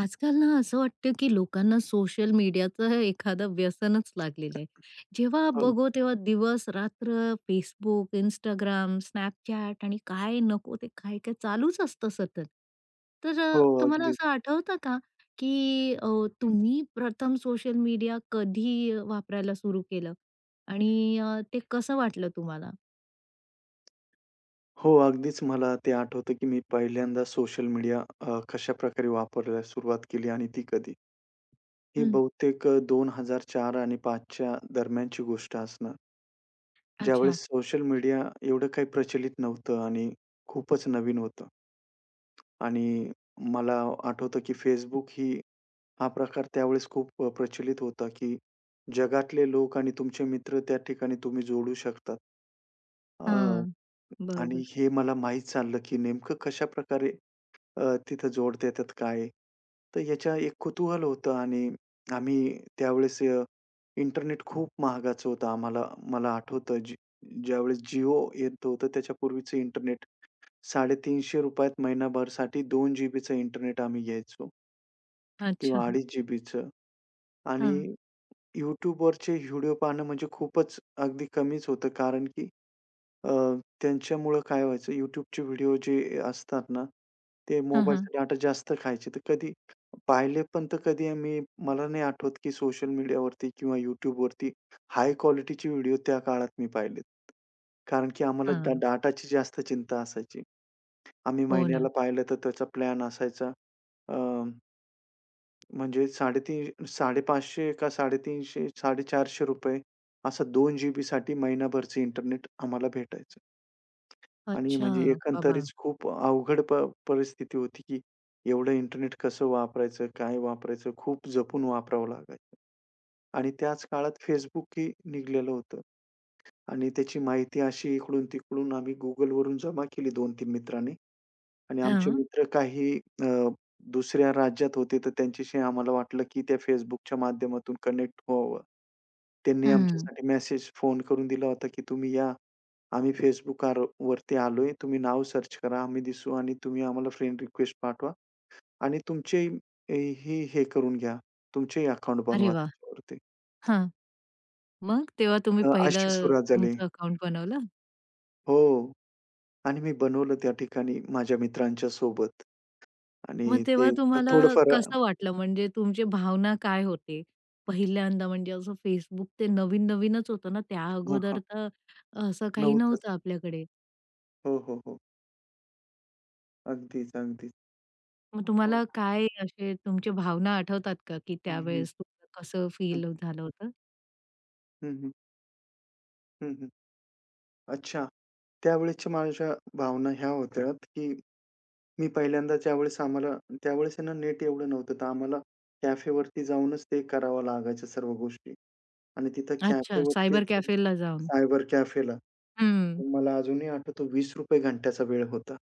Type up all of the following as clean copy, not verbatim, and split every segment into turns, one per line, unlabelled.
आजकाल ना असं वाटतं की लोकांना सोशल मीडियाचं एखादं व्यसनच लागलेलं आहे. जेव्हा
हो,
बघो तेव्हा दिवस-रात्र Facebook, इंस्टाग्राम, Snapchat आणि काय नको ते काय-काय चालूच असतं सतत. तर
हो,
तुम्हाला
अगदीच.
असं आठवतं का की तुम्ही प्रथम सोशल मीडिया कधी वापरायला सुरू केलं आणि ते कसं वाटलं तुम्हाला?
हो, अगदीच मला ते आठवतं, की मी पहिल्यांदा सोशल मीडिया कशाप्रकारे वापरायला सुरुवात केली आणि ती कधी. ही
हं.
बहुतेक 2004 आणि 5च्या दरम्यानची गोष्ट असणार.
अच्छा.
ज्यावेळेस सोशल मीडिया एवढं काही प्रचलित नव्हतं आणि खूपच नवीन होतं. आणि मला आठवतं, की Facebook हा प्रकार त्यावेळेस खूप प्रचलित होता, की जगातले लोक आणि तुमचे मित्र त्या ठिकाणी तुम्ही जोडू शकतात.
हां.
आणि
बरोबर.
हे मला माहीत चाललं, की नेमकं कशाप्रकारे अ, तिथं जोड देतात काय आहे? तर याच्या एक कुतूहल होतं आणि आम्ही त्यावेळेस इंटरनेट खूप महागाचं होतं आम्हाला. मला आठवतं ज्यावेळेस Jio येत होतं त्याच्यापूर्वीचं इंटरनेट ₹350 त महिनाभरसाठी 2 जीबीचं इंटरनेट आम्ही घ्यायचो
अच्छा.
किंवा 2.5 जीबीचं आणि
हां.
YouTubeवरचे व्हिडिओ पाहणं म्हणजे खूपच अगदी कमीच होतं कारण की अ, त्यांच्यामुळं काय व्हायचं YouTubeचे व्हिडिओ जे असतात ना, ते
हां, हां.
मोबाईलचा डाटा जास्त खायचे. तर कधी पाहिले पण तर कधी मला नाही आठवत की सोशल मीडियावरती किंवा YouTubeवरती हाय क्वालिटीचे व्हिडिओ त्या काळात मी पाहिलेत. कारण की आम्हाला
हां.
डाटाची जास्त चिंता असायची. आम्ही
हो ना.
महिन्याला पाहिलं तर त्याचा प्लॅन असायचा अ, म्हणजे 3.5 ₹550 का 3.300 ₹450 असा 2 जीबीसाठी महिनाभरचं इंटरनेट आम्हाला भेटायचं. आणि
अच्छा,
म्हणजे
बाबा!
एकंदरीत खूप अवघड परिस्थिती होती, की एवढं इंटरनेट कसं वापरायचं? काय वापरायचं? खूप जपून वापरावं लागायचं. आणि त्याच काळात Facebook ही निघालेलं होतं आणि त्याची माहिती अशी इकडून-तिकडून आम्ही Googleवरून जमा केली 2-3 मित्रांनी. आणि आमचे
हां.
मित्र काही अ, दुसऱ्या राज्यात होते, तर त्यांच्याशी आम्हाला वाटलं, की त्या Facebookच्या माध्यमातून कनेक्ट व्हावं. त्यांनी
हं.
आमच्यासाठी मेसेज, फोन करून दिला होता, की "तुम्ही या. आम्ही Facebook वरती आलोय. तुम्ही नाव सर्च करा. आम्ही दिसू आणि तुम्ही आम्हाला फ्रेंड रिक्वेस्ट पाठवा आणि तुमचे हे करून घ्या. तुमचेही अकाउंट
अरे
बनवा
वाह!
त्याच्यावरती."
हां. मग तेव्हा तुम्ही
अशी
पहिलं
सुरुवात झाली.
तुमचं अकाउंट बनवलं.
हो. आणि मी बनवलं त्या ठिकाणी माझ्या मित्रांच्या सोबत
मग
आणि
तेव्हा
ते
तुम्हाला
थोडंफार.
कसं वाटलं? म्हणजे तुमची भावना काय होते? पहिल्यांदा म्हणजे असं Facebook ते नवीन-नवीनच होतं ना, त्या
हां,
अगोदर
हां.
तर असं काही
नव्हतंच.
नव्हतं आपल्याकडे.
हो, हो, हो. अगदीच, अगदीच.
मग
हो, हो.
तुम्हाला काय असे तुमच्या भावना आठवतात का, की
हं, हं.
त्यावेळेस तुम्हाला कसं
हं,
फील झालं होतं?
हं, हं. हं, हं. अच्छा. त्यावेळेसच्या माझ्या भावना ह्या होत्या, की मी पहिल्यांदा ज्यावेळेस आम्हाला त्यावेळेस आहे ना नेट एवढं नव्हतं, तर आम्हाला कॅफेवरती जाऊनच ते करावं लागायच्या सर्व गोष्टी आणि तिथं
अच्छा, सायबर
कॅफेवरतीच
कॅफेला जाऊन.
सायबर कॅफेला
हं,
मला अजूनही आठवतो ₹20 घंट्याचा वेळ होता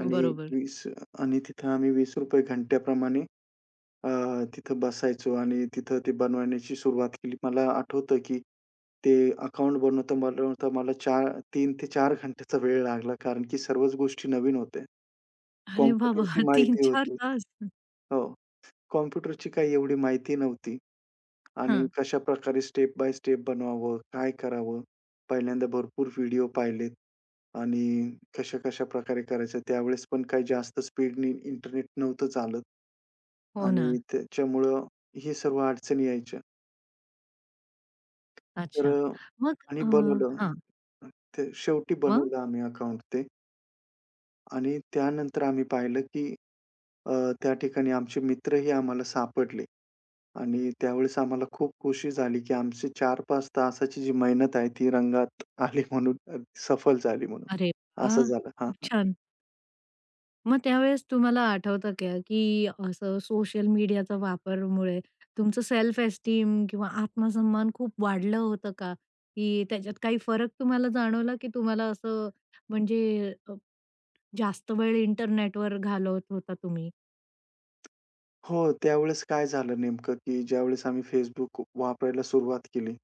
आणि
बरोबर.
20 आणि तिथं आम्ही ₹20 घंट्याप्रमाणे अ, तिथं बसायचो आणि तिथं ते बनवण्याची सुरुवात केली. मला आठवतं, की ते अकाउंट बनवता-बनवता मला 4 3 ते 4 घंट्याचा वेळ लागला. कारण की सर्वच गोष्टी नवीन होत्या.
अरे बाबा!
कॉम्प्युटरची माहिती
3-4
होती.
तास.
हो. कॉम्प्युटरची काही एवढी माहिती नव्हती आणि
हां,
कशाप्रकारे स्टेप बाय स्टेप बनवावं, काय करावं? पहिल्यांदा भरपूर व्हिडिओ पाहिलेत आणि कशा-कशा प्रकारे करायचं. त्यावेळेस पण काही जास्त स्पीडनी इंटरनेट नव्हतं चालत
हो ना.
आणि त्याच्यामुळं हे सर्व अडचणी यायच्या. तर
अच्छा. मग
आणि बनवलं.
हां.
ते शेवटी
मग?
बनवलं आम्ही अकाउंट ते. आणि त्यानंतर आम्ही पाहिलं, की अ, त्या ठिकाणी आमचे मित्रही आम्हाला सापडले आणि त्यावेळेस आम्हाला खूप खुशी झाली, की आमची 4-5 तासाची जी मेहनत आहे, ती रंगात आली म्हणून सफल झाली म्हणून.
अरे
असं
वाह!
झालं.
खूप
हां.
छान. मग त्यावेळेस तुम्हाला आठवतं का, की असं सोशल मीडियाचा वापरमुळे तुमचं सेल्फ एस्टीम किंवा आत्मसन्मान खूप वाढलं होतं का? की त्याच्यात काही फरक तुम्हाला जाणवला, की तुम्हाला असं म्हणजे जास्त वेळ इंटरनेटवर घालवत होता तुम्ही?
हो, त्यावेळेस काय झालं नेमकं, की ज्यावेळेस आम्ही Facebook वापरायला सुरुवात केली,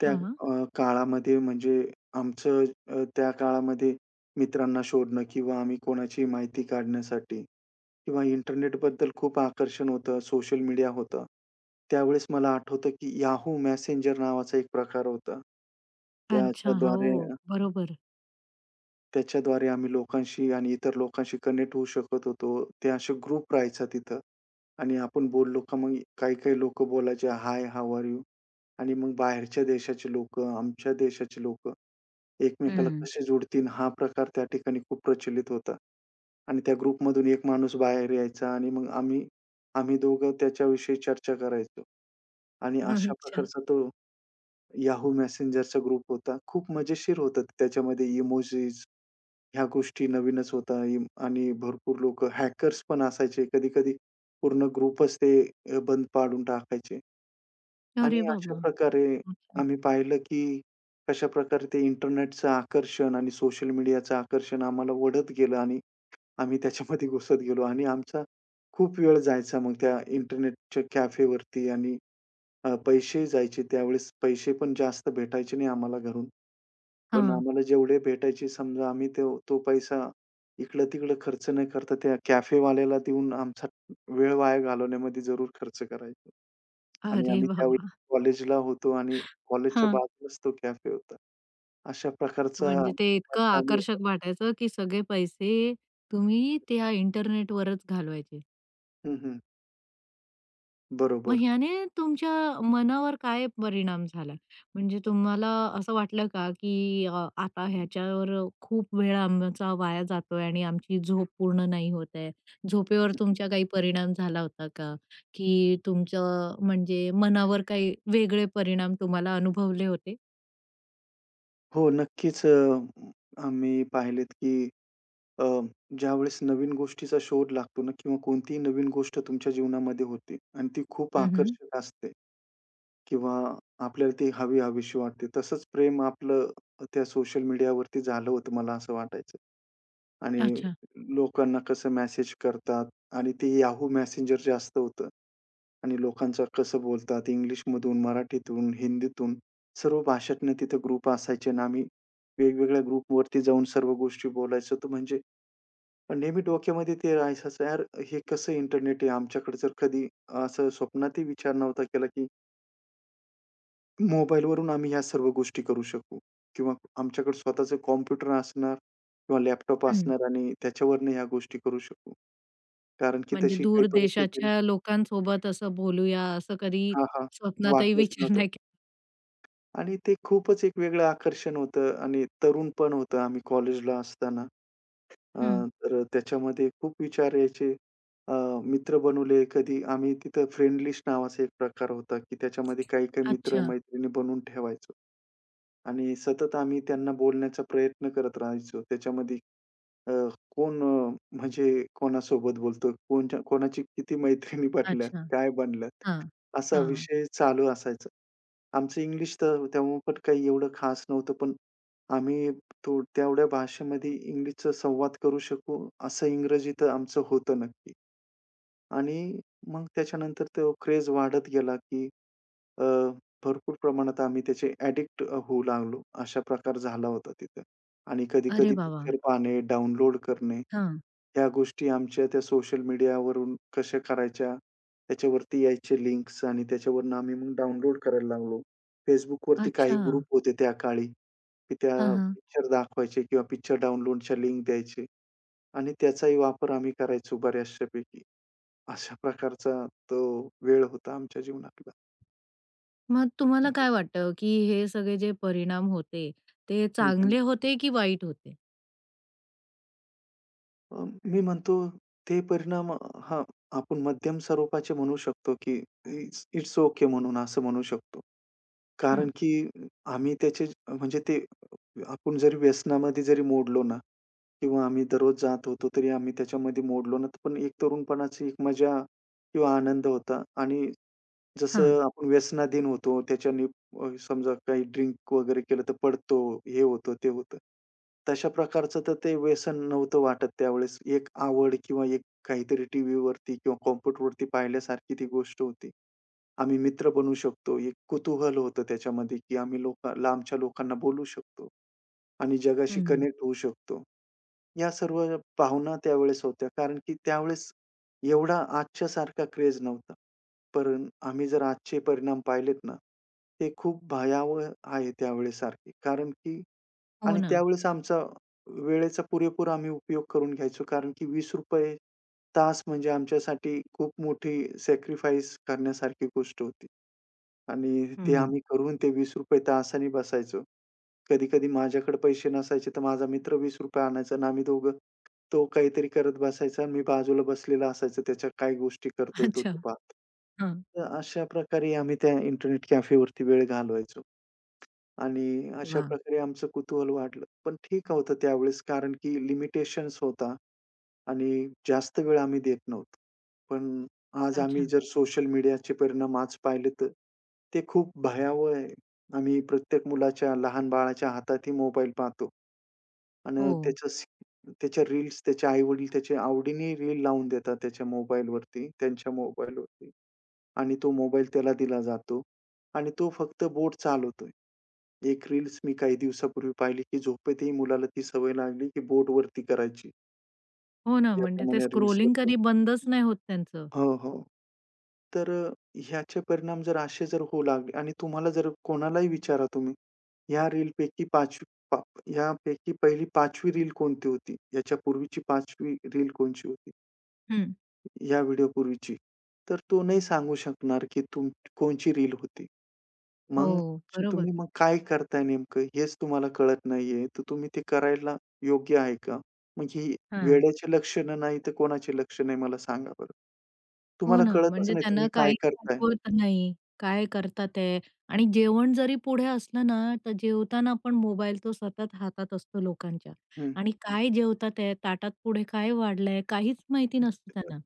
त्या
हां.
काळामध्ये म्हणजे आमचं त्या काळामध्ये मित्रांना शोधणं किंवा आम्ही कोणाची माहिती काढण्यासाठी किंवा इंटरनेटबद्दल खूप आकर्षण होतं, सोशल मीडिया होतं. त्यावेळेस मला आठवतं, की Yahoo Messenger नावाचा एक प्रकार होता.
अच्छा. हो,
त्याच्याद्वारे
बरोबर.
त्याच्याद्वारे आम्ही लोकांशी आणि इतर लोकांशी कनेक्ट होऊ शकत होतो. ते असे ग्रुप राहायचा तिथं आणि आपण बोललो का मग काही-काही लोकं बोलायचे, "हाय, हाऊ आर यू?" आणि मग बाहेरच्या देशाचे लोकं, आमच्या देशाचे लोकं एकमेकाला
हं.
कसे जोडतील हा प्रकार त्या ठिकाणी खूप प्रचलित होता. आणि त्या ग्रुपमधून एक माणूस बाहेर यायचा आणि मग आम्ही आम्ही दोघं त्याच्याविषयी चर्चा करायचो. आणि अशा
अच्छा.
प्रकारचा तो Yahoo Messengerचा ग्रुप होता. खूप मजेशीर होतं. त्याच्यामध्ये इमोजीस ह्या गोष्टी नवीनच होत्या आणि भरपूर लोकं हॅकर्स पण असायचे. कधी-कधी पूर्ण ग्रुपच ते बंद पाडून टाकायचे
अरे
आणि अशा
बाबा!
प्रकारे
अच्छा.
आम्ही पाहिलं, की कशा प्रकारे ते इंटरनेटचं आकर्षण आणि सोशल मीडियाचं आकर्षण आम्हाला ओढत गेलं आणि आम्ही त्याच्यामध्ये घुसत गेलो आणि आमचा खूप वेळ जायचा मग त्या इंटरनेटच्या कॅफेवरती आणि पैसेही जायचे त्यावेळेस पैसे पण जास्त भेटायचे नाही आम्हाला घरून. पण
हां.
आम्हाला जेवढे भेटायचे समजा आम्ही तो तो पैसा इकडं-तिकडं खर्च न करता त्या कॅफेवाल्याला देऊन आमचा वेळ वाया घालवण्यामध्ये जरूर खर्च करायचो. आणि
अरे
आम्ही त्यावेळी
बाबा!
कॉलेजला होतो आणि कॉलेजच्या
हां.
बाजूलाच तो कॅफे होता. अशा प्रकारचा
म्हणजे ते
उपाय
इतकं
चालू
आकर्षक
होता.
वाटायचं, की सगळे पैसे तुम्ही त्या इंटरनेटवरच घालवायचे.
हं, हं.
मग
बरोबर.
ह्याने तुमच्या मनावर काय परिणाम झाला? म्हणजे तुम्हाला असं वाटलं का, की आता ह्याच्यावर खूप वेळ आमचा वाया जातोय आणि आमची झोप पूर्ण नाही होत आहे. झोपेवर
हं, हं.
तुमच्या काही परिणाम झाला होता का? की तुमचं म्हणजे मनावर काही वेगळे परिणाम तुम्हाला अनुभवले होते?
हो, नक्कीच आम्ही पाहिलेत की अ, ज्यावेळेस नवीन गोष्टीचा शोध लागतो ना किंवा कोणतीही नवीन गोष्ट तुमच्या जीवनामध्ये होते आणि ती खूप
हं,
आकर्षक असते. किंवा आपल्याला ती हवी-हवीशी वाटते. तसंच प्रेम आपलं त्या सोशल मीडियावरती झालं होतं मला असं वाटायचं. आणि
अच्छा.
लोकांना कसं मेसेज करतात आणि ते याहू Messenger जास्त होतं आणि लोकांचं कसं बोलतात इंग्लिशमधून, मराठीतून, हिंदीतून सर्व भाषेतनं तिथं ग्रुप असायचे आणि आम्ही वेगवेगळ्या ग्रुपवरती जाऊन सर्व गोष्टी बोलायचो. तर म्हणजे नेहमी डोक्यामध्ये ते राहायचं, "यार, हे कसं इंटरनेट आहे?" आमच्याकडे जर कधी असं स्वप्नातही विचार नव्हता केला की मोबाईलवरून आम्ही ह्या सर्व गोष्टी करू शकू किंवा आमच्याकडे स्वतःचं कॉम्प्युटर असणार किंवा लॅपटॉप
हं.
असणार आणि त्याच्यावरनं ह्या गोष्टी करू शकू. कारण की
म्हणजे
तशी काही
दूर
परिस्थिती.
देशाच्या लोकांसोबत असं बोलूया, असं कधी
हां, हां.
स्वप्नातही
वाटलंच
विचार
नव्हतं
नाही केला.
आणि ते खूपच एक वेगळं आकर्षण होतं आणि तरुण पण होतं आम्ही कॉलेजला असताना. अ,
हं.
तर त्याच्यामध्ये खूप विचार यायचे. अ, मित्र बनवले कधी आम्ही तिथं फ्रेंड लिस्ट नावाचा एक प्रकार होता, की त्याच्यामध्ये काही-काही
अच्छा,
मित्र-मैत्रिणी बनवून ठेवायचो. आणि सतत आम्ही त्यांना बोलण्याचा प्रयत्न करत राहायचो. त्याच्यामध्ये अ, कोण अ, म्हणजे कोणासोबत बोलतो, कोणच्या कोणाची किती मैत्रिणी बनल्यात,
अच्छा.
काय बनल्यात,
हां,
असा
हां.
विषय चालू असायचा. आमचं इंग्लिश तर तेव्हा पण काही एवढं खास नव्हतं, पण आम्ही तो तेवढ्या भाषेमध्ये इंग्लिशचा संवाद करू शकू, असं इंग्रजी तर आमचं होतं नक्की. आणि मग त्याच्यानंतर तो क्रेझ वाढत गेला, की अ, भरपूर प्रमाणात आम्ही त्याचे ॲडिक्ट होऊ लागलो. अशा प्रकार झाला होता तिथं. आणि
अरे
कधी-कधी
वाह, वाह!
पिक्चर पाहणे, डाउनलोड करणे,
हां.
ह्या गोष्टी आमच्या त्या सोशल मीडियावरून कशा करायच्या, त्याच्यावरती यायचे लिंक्स आणि त्याच्यावरून आम्ही मग डाउनलोड करायला लागलो. Facebookवरती काही
अच्छा.
ग्रुप होते त्या काळी, की त्या
हां, हां.
पिक्चर दाखवायचे किंवा पिक्चर डाउनलोडच्या लिंक द्यायचे आणि त्याचाही वापर आम्ही करायचो बऱ्याचशापैकी. अशा प्रकारचा तो वेळ होता आमच्या जीवनातला.
मग तुम्हाला
हं, हं.
काय वाटतं, की हे सगळे जे परिणाम होते, ते
हं, हं.
चांगले होते की वाईट होते?
मी म्हणतो ते परिणाम. हां, आपण मध्यम स्वरूपाचे म्हणू शकतो, की इट्स इट्स ओके म्हणून असं म्हणू शकतो.
हं.
कारण की आम्ही त्याचे म्हणजे ते आपण जरी व्यसनामध्ये जरी मोडलो ना किंवा आम्ही दररोज जात होतो, तरी आम्ही त्याच्यामध्ये मोडलो ना, पण एक तरुणपणाची एक मजा किंवा आनंद होता आणि
हां.
जसं आपण व्यसनाधीन होतो, त्याच्याने समजा काही ड्रिंक वगैरे केलं तर पडतो, हे होतं, ते होतं. तशा प्रकारचं तर ते व्यसन नव्हतं वाटत त्यावेळेस. एक आवड किंवा एक काहीतरी टीव्हीवरती किंवा कॉम्प्युटरवरती पाहिल्यासारखी ती गोष्ट होती. आम्ही मित्र बनू शकतो. एक कुतूहल होतं त्याच्यामध्ये, की आम्ही लोक लांबच्या लोकांना बोलू शकतो आणि जगाशी
हं.
कनेक्ट होऊ शकतो. या सर्व भावना त्यावेळेस होत्या. कारण की त्यावेळेस एवढा आजच्या सारखा क्रेझ नव्हता. पण आम्ही जर आजचे परिणाम पाहिलेत ना, ते खूप भयावह आहे त्यावेळेसारखे. कारण की
हो
आणि
ना.
त्यावेळेस आमचा वेळेचा पुरेपूर आम्ही उपयोग करून घ्यायचो. कारण की ₹20 तास म्हणजे आमच्यासाठी खूप मोठी सॅक्रिफाईस करण्यासारखी गोष्ट होती. आणि ते
हं.
आम्ही करून ते ₹20 तासाने बसायचो. कधी-कधी माझ्याकडे पैसे नसायचे, तर माझा मित्र ₹20 आणायचा आणि आम्ही दोघं तो काहीतरी करत बसायचा आणि मी बाजूला बसलेला असायचो. त्याच्या काय गोष्टी करतोय तो
अच्छा.
ते पाहत.
हां.
तर अशा प्रकारे आम्ही त्या इंटरनेट कॅफेवरती वेळ घालवायचो. आणि अशा
वाह!
प्रकारे आमचं कुतूहल वाढलं. पण ठीक होतं त्यावेळेस कारण की लिमिटेशन्स होता आणि जास्त वेळ आम्ही देत नव्हतो. पण आज आम्ही
अच्छा.
जर सोशल मीडियाचे परिणाम आज पाहिले तर ते खूप भयावह आहे. आम्ही प्रत्येक मुलाच्या, लहान बाळाच्या हातातही मोबाईल पाहतो.
हो.
आणि त्याच्या त्याच्या रील्स त्याचे आई-वडील त्याच्या आवडीने रील लावून देतात त्याच्या मोबाईलवरती, त्यांच्या मोबाईलवरती आणि तो मोबाईल त्याला दिला जातो आणि तो फक्त बोट चालवतोय. एक रील्स मी काही दिवसापूर्वी पाहिली, की झोपेतही मुलाला ती सवय लागली, की बोटवरती करायची.
हो ना, म्हणजे ते
याप्रमाणे
स्क्रोलिंग
रील्सवरती.
कधी बंदच नाही होत त्यांचं.
हो, हो. तर ह्याचे परिणाम जर असे जर होऊ लागले आणि तुम्हाला जर कोणालाही विचारा तुम्ही, या रीलपैकी 5वी पा यापैकी पहिली 5वी रील कोणती होती? याच्या पूर्वीची 5वी रील कोणची होती?
हं.
या व्हिडिओपूर्वीची. तर तो नाही सांगू शकणार, की कोणची रील होती.
हो,
मग
बरोबर.
तुम्ही मग काय करताय नेमकं हेच तुम्हाला कळत नाहीये, तर तुम्ही ते करायला योग्य आहे का? मग ही
हां.
वेड्याची लक्षणं नाही तर कोणाची लक्षणं आहे मला सांगा बरं?
हो
तुम्हाला
ना,
कळतच
म्हणजे
नाही
त्यांना
तुम्ही काय
काहीच
करताय?
आठवत नाही. काय करतात आहे आणि जेवण जरी पुढे असलं ना, तर जेवताना पण मोबाईल तो सतत हातात असतो लोकांच्या
हं.
आणि काय जेवतात आहे, ताटात पुढे काय वाढलंय, काहीच माहिती नसतं त्यांना.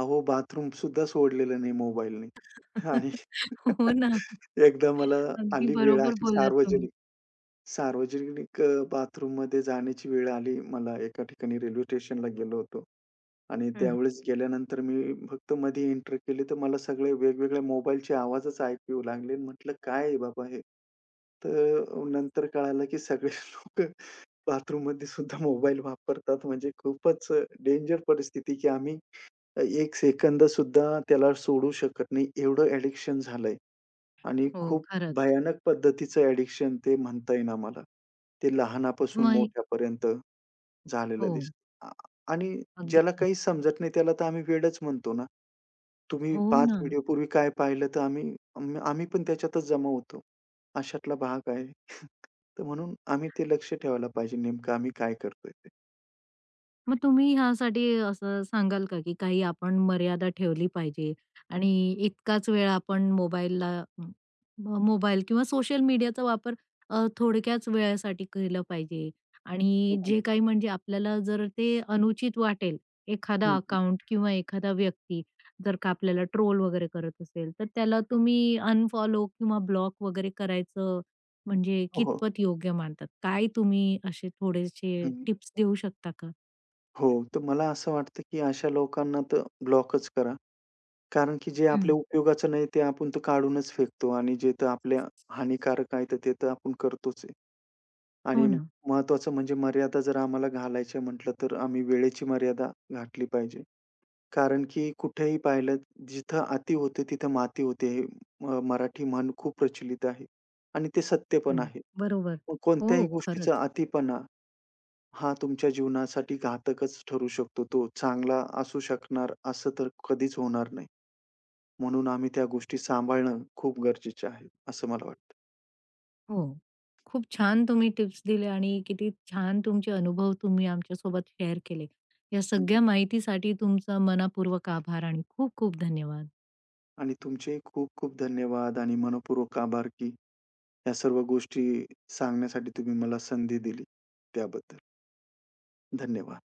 अहो बाथरूम सुद्धा सोडलेलं नाही मोबाईलने आणि
हो ना.
एकदा मला
अगदी
आली वेळ
बरोबर
अशी
बोललात तुम्ही.
सार्वजनिक सार्वजनिक बाथरूममध्ये जाण्याची वेळ आली. मला एका ठिकाणी रेल्वे स्टेशनला गेलो होतो. आणि
हं.
त्यावेळेस गेल्यानंतर मी फक्त मध्ये एंटर केली, तर मला सगळे वेगवेगळ्या मोबाईलचे आवाजच ऐकू येऊ लागले आणि म्हटलं, "काय आहे बाबा हे?" तर नंतर कळालं, की सगळे लोकं बाथरूममध्ये सुद्धा मोबाईल वापरतात. म्हणजे खूपच डेंजर परिस्थिती, की आम्ही 1 सेकंद सुद्धा त्याला सोडू शकत नाही, एवढं ॲडिक्शन झालंय आणि
हो,
खूप
खरंच.
भयानक पद्धतीचं ॲडिक्शन ते म्हणता येईल आम्हाला. ते लहानापासून
मग
मोठ्यापर्यंत. झालेलं
हो,
दिसतं. आणि
अगदी
ज्याला
खरं.
काही समजत नाही त्याला तर आम्ही वेडच म्हणतो ना. तुम्ही
हो
5
ना.
पूर्वी काय पाहिलं तर आम्ही आम्ही आम्ही पण त्याच्यातच जमा होतो. अशातला भाग आहे. तर म्हणून आम्ही ते लक्ष ठेवायला पाहिजे नेमकं आम्ही काय करतोय ते.
मग तुम्ही ह्यासाठी असं सांगाल का, की काही आपण मर्यादा ठेवली पाहिजे आणि इतकाच वेळ आपण मोबाईलला म म- मोबाईल किंवा सोशल मीडियाचा वापर थोडक्याच वेळासाठी केलं पाहिजे
हो
आणि
का?
जे काही म्हणजे आपल्याला जर ते अनुचित वाटेल, एखादा अकाउंट किंवा एखादा व्यक्ती जर का आपल्याला ट्रोल वगैरे करत असेल, तर त्याला तुम्ही अनफॉलो किंवा ब्लॉक वगैरे करायचं म्हणजे
हो, हो.
कितपत योग्य मानतात? काय तुम्ही असे थोडेसे
हं.
टिप्स देऊ शकता का?
हो, तर मला असं वाटतं की अशा लोकांना तर ब्लॉकच करा. कारण की जे आपल्या उपयोगाचं नाही ते आपण तर काढूनच फेकतो आणि जे तर आपल्या हानिकारक आहे तर ते तर आपण करतोच आहे.
हो
आणि
ना.
महत्त्वाचं म्हणजे मर्यादा जर आम्हाला घालायची म्हटलं, तर आम्ही वेळेची मर्यादा घातली पाहिजे. कारण की कुठेही पाहिलं, जिथं अति होते तिथं माती होते. हे मराठी म्हण खूप प्रचलित आहे आणि ते सत्य पण
हं.
आहे.
बरोबर.
मग
हो,
कोणत्याही गोष्टीचा
खरंच.
अतिपणा हा तुमच्या जीवनासाठी घातकच ठरू शकतो. तो चांगला असू शकणार असं तर कधीच होणार नाही. म्हणून आम्ही त्या गोष्टी सांभाळणं खूप गरजेचं आहे, असं मला वाटतं.
हो. खूप छान तुम्ही टिप्स दिले आणि किती छान तुमचे अनुभव तुम्ही आमच्यासोबत शेअर केले. या
हं,
सगळ्या माहितीसाठी तुमचा मनःपूर्वक आभार आणि खूप खूप धन्यवाद.
आणि तुमचे खूप खूप धन्यवाद आणि मनःपूर्वक आभार की ह्या सर्व गोष्टी सांगण्यासाठी तुम्ही मला संधी दिली, त्याबद्दल धन्यवाद.